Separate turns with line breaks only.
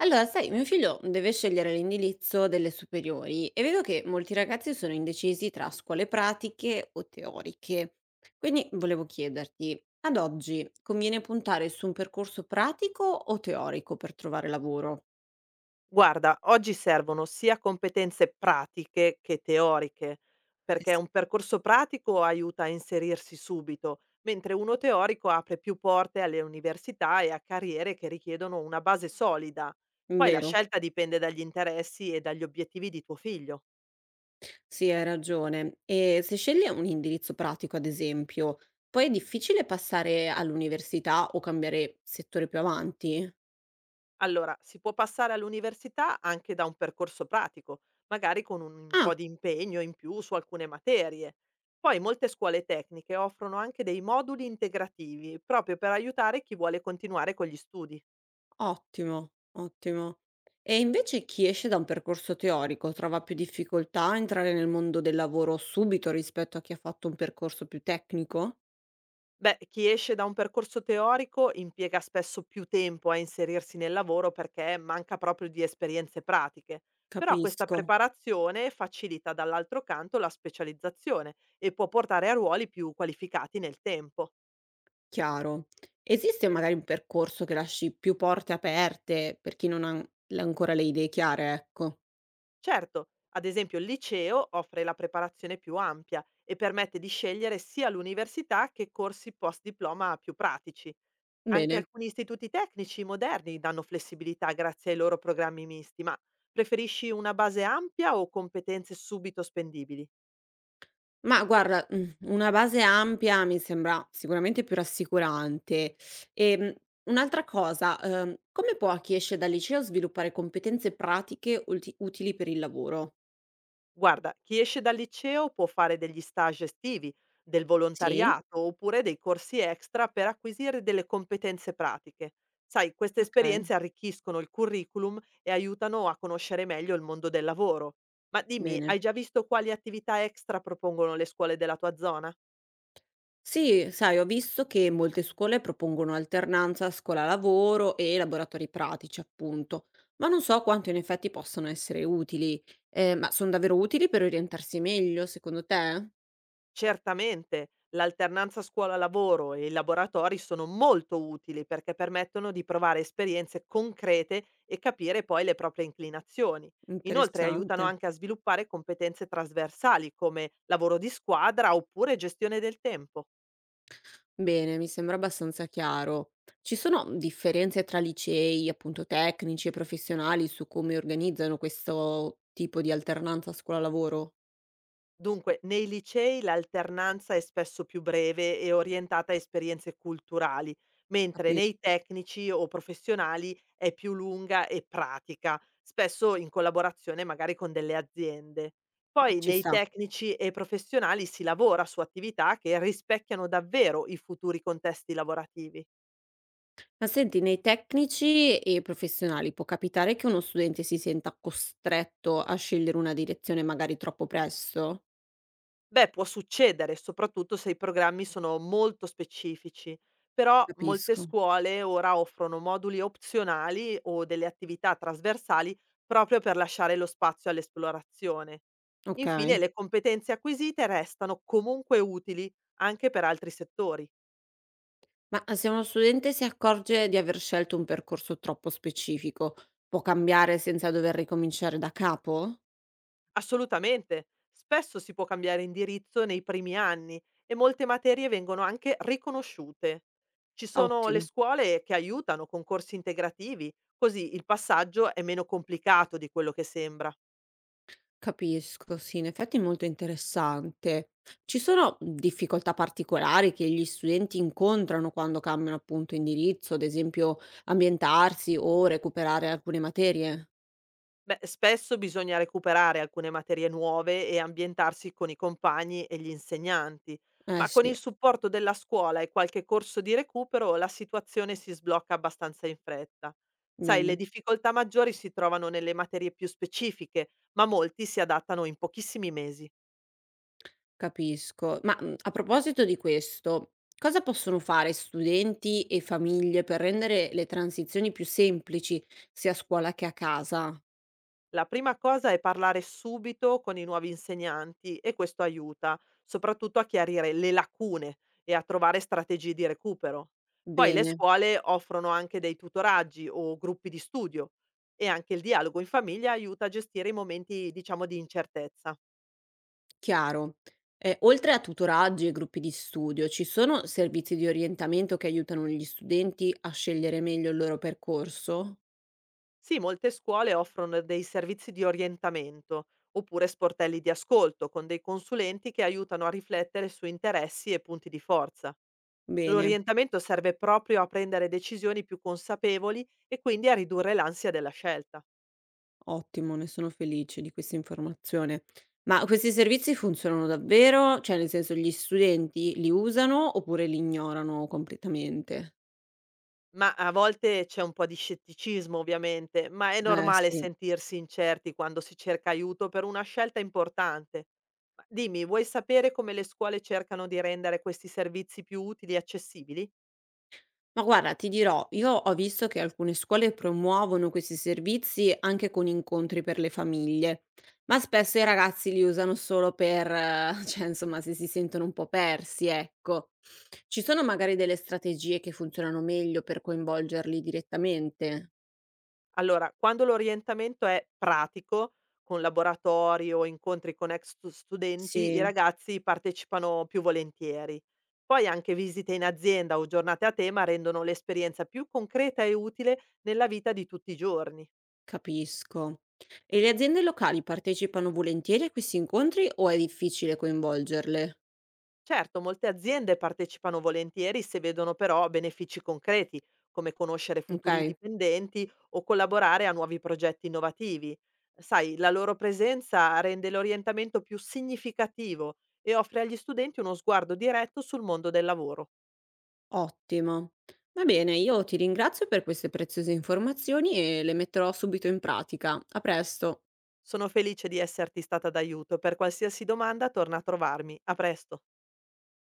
Allora, sai, mio figlio deve scegliere l'indirizzo delle superiori e vedo che molti ragazzi sono indecisi tra scuole pratiche o teoriche. Quindi volevo chiederti, ad oggi conviene puntare su un percorso pratico o teorico per trovare lavoro?
Guarda, oggi servono sia competenze pratiche che teoriche,
Eh
perché un
sì.
percorso pratico aiuta a inserirsi subito, mentre uno teorico apre più porte alle università e a carriere che richiedono una base solida. Poi la
Vero?
scelta dipende dagli interessi e dagli obiettivi di tuo figlio.
Sì, hai ragione. E se scegli un indirizzo pratico, ad esempio, poi è difficile passare all'università o cambiare settore più avanti?
Allora, si può passare all'università anche da un percorso pratico, magari con un po'
Ah,
di impegno in più su alcune materie. Poi molte scuole tecniche offrono anche dei moduli integrativi, proprio per aiutare chi vuole continuare con gli studi.
ottimo, ottimo. E invece chi esce da un percorso teorico trova più difficoltà a entrare nel mondo del lavoro subito rispetto a chi ha fatto un percorso più tecnico?
Beh, chi esce da un percorso teorico impiega spesso più tempo a inserirsi nel lavoro perché manca proprio di esperienze pratiche. Però questa
Capisco,
preparazione facilita dall'altro canto la specializzazione e può portare a ruoli più qualificati nel tempo.
chiaro. Esiste magari un percorso che lasci più porte aperte per chi non ha ancora le idee chiare, ecco.
Certo, ad esempio il liceo offre la preparazione più ampia e permette di scegliere sia l'università che corsi post diploma più pratici. Anche
Bene.
alcuni istituti tecnici moderni danno flessibilità grazie ai loro programmi misti, ma preferisci una base ampia o competenze subito spendibili?
Ma guarda, una base ampia mi sembra sicuramente più rassicurante. Ehm, Un'altra cosa, come può chi esce dal liceo sviluppare competenze pratiche ulti utili per il lavoro?
Guarda, chi esce dal liceo può fare degli stage estivi, del
Sì.
volontariato oppure dei corsi extra per acquisire delle competenze pratiche. Sai, queste
Okay,
esperienze arricchiscono il curriculum e aiutano a conoscere meglio il mondo del lavoro. Ma dimmi,
bene.
hai già visto quali attività extra propongono le scuole della tua zona?
Sì, sai, ho visto che molte scuole propongono alternanza scuola-lavoro e laboratori pratici, appunto, ma non so quanto in effetti possano essere utili. Ma son davvero utili per orientarsi meglio secondo te?
Certamente, l'alternanza scuola-lavoro e i laboratori sono molto utili perché permettono di provare esperienze concrete e capire poi le proprie inclinazioni. Inoltre
Interessante.
aiutano anche a sviluppare competenze trasversali come lavoro di squadra oppure gestione del tempo.
Bene, mi sembra abbastanza chiaro. Ci sono differenze tra licei, appunto, tecnici e professionali su come organizzano questo tipo di alternanza scuola-lavoro?
Dunque, nei licei l'alternanza è spesso più breve e orientata a esperienze culturali, mentre
Capito?
nei tecnici o professionali è più lunga e pratica, spesso in collaborazione magari con delle aziende. Poi
Ci
nei
sta.
tecnici e professionali si lavora su attività che rispecchiano davvero i futuri contesti lavorativi.
Ma senti, nei tecnici e professionali può capitare che uno studente si senta costretto a scegliere una direzione magari troppo presto?
Beh, può succedere, soprattutto se i programmi sono molto specifici, però molte
Capisco.
scuole ora offrono moduli opzionali o delle attività trasversali proprio per lasciare lo spazio all'esplorazione.
Ok.
Infine, le competenze acquisite restano comunque utili anche per altri settori.
Ma se uno studente si accorge di aver scelto un percorso troppo specifico, può cambiare senza dover ricominciare da capo?
Assolutamente. Spesso si può cambiare indirizzo nei primi anni e molte materie vengono anche riconosciute. Ci sono le
Ottimo.
scuole che aiutano con corsi integrativi, così il passaggio è meno complicato di quello che sembra.
Capisco, sì, in effetti è molto interessante. Ci sono difficoltà particolari che gli studenti incontrano quando cambiano appunto indirizzo, ad esempio ambientarsi o recuperare alcune materie?
Beh, spesso bisogna recuperare alcune materie nuove e ambientarsi con i compagni e gli insegnanti,
Eh
ma con
sì,
il supporto della scuola e qualche corso di recupero la situazione si sblocca abbastanza in fretta. Sai, le
bene,
difficoltà maggiori si trovano nelle materie più specifiche, ma molti si adattano in pochissimi mesi.
capisco. Ma a proposito di questo, cosa possono fare studenti e famiglie per rendere le transizioni più semplici, sia a scuola che a casa?
La prima cosa è parlare subito con i nuovi insegnanti e questo aiuta, soprattutto a chiarire le lacune e a trovare strategie di recupero. Poi le
Bene.
scuole offrono anche dei tutoraggi o gruppi di studio e anche il dialogo in famiglia aiuta a gestire i momenti, diciamo, di incertezza.
Chiaro. Oltre a tutoraggi e gruppi di studio, ci sono servizi di orientamento che aiutano gli studenti a scegliere meglio il loro percorso?
Sì, molte scuole offrono dei servizi di orientamento oppure sportelli di ascolto con dei consulenti che aiutano a riflettere su interessi e punti di forza.
Bene,
L'orientamento serve proprio a prendere decisioni più consapevoli e quindi a ridurre l'ansia della scelta.
ottimo, ne sono felice di questa informazione. Ma questi servizi funzionano davvero? Cioè, nel senso, gli studenti li usano oppure li ignorano completamente?
Ma a volte c'è un po' di scetticismo, ovviamente, ma è
Eh
normale
sì.
sentirsi incerti quando si cerca aiuto per una scelta importante. Ma dimmi, vuoi sapere come le scuole cercano di rendere questi servizi più utili e accessibili?
Ma guarda, ti dirò, io ho visto che alcune scuole promuovono questi servizi anche con incontri per le famiglie, ma spesso i ragazzi li usano solo per, cioè insomma, se si sentono un po' persi, ecco. Ci sono magari delle strategie che funzionano meglio per coinvolgerli direttamente?
Allora, quando l'orientamento è pratico, con laboratori o incontri con ex studenti, i
Sì,
ragazzi partecipano più volentieri. Poi anche visite in azienda o giornate a tema rendono l'esperienza più concreta e utile nella vita di tutti i giorni.
capisco. E le aziende locali partecipano volentieri a questi incontri o è difficile coinvolgerle?
Certo, molte aziende partecipano volentieri se vedono però benefici concreti, come conoscere futuri
Ok.
dipendenti o collaborare a nuovi progetti innovativi. Sai, la loro presenza rende l'orientamento più significativo e offre agli studenti uno sguardo diretto sul mondo del lavoro.
Ottimo. Va bene, io ti ringrazio per queste preziose informazioni e le metterò subito in pratica. A presto.
Sono felice di esserti stata d'aiuto. Per qualsiasi domanda torna a trovarmi. A presto.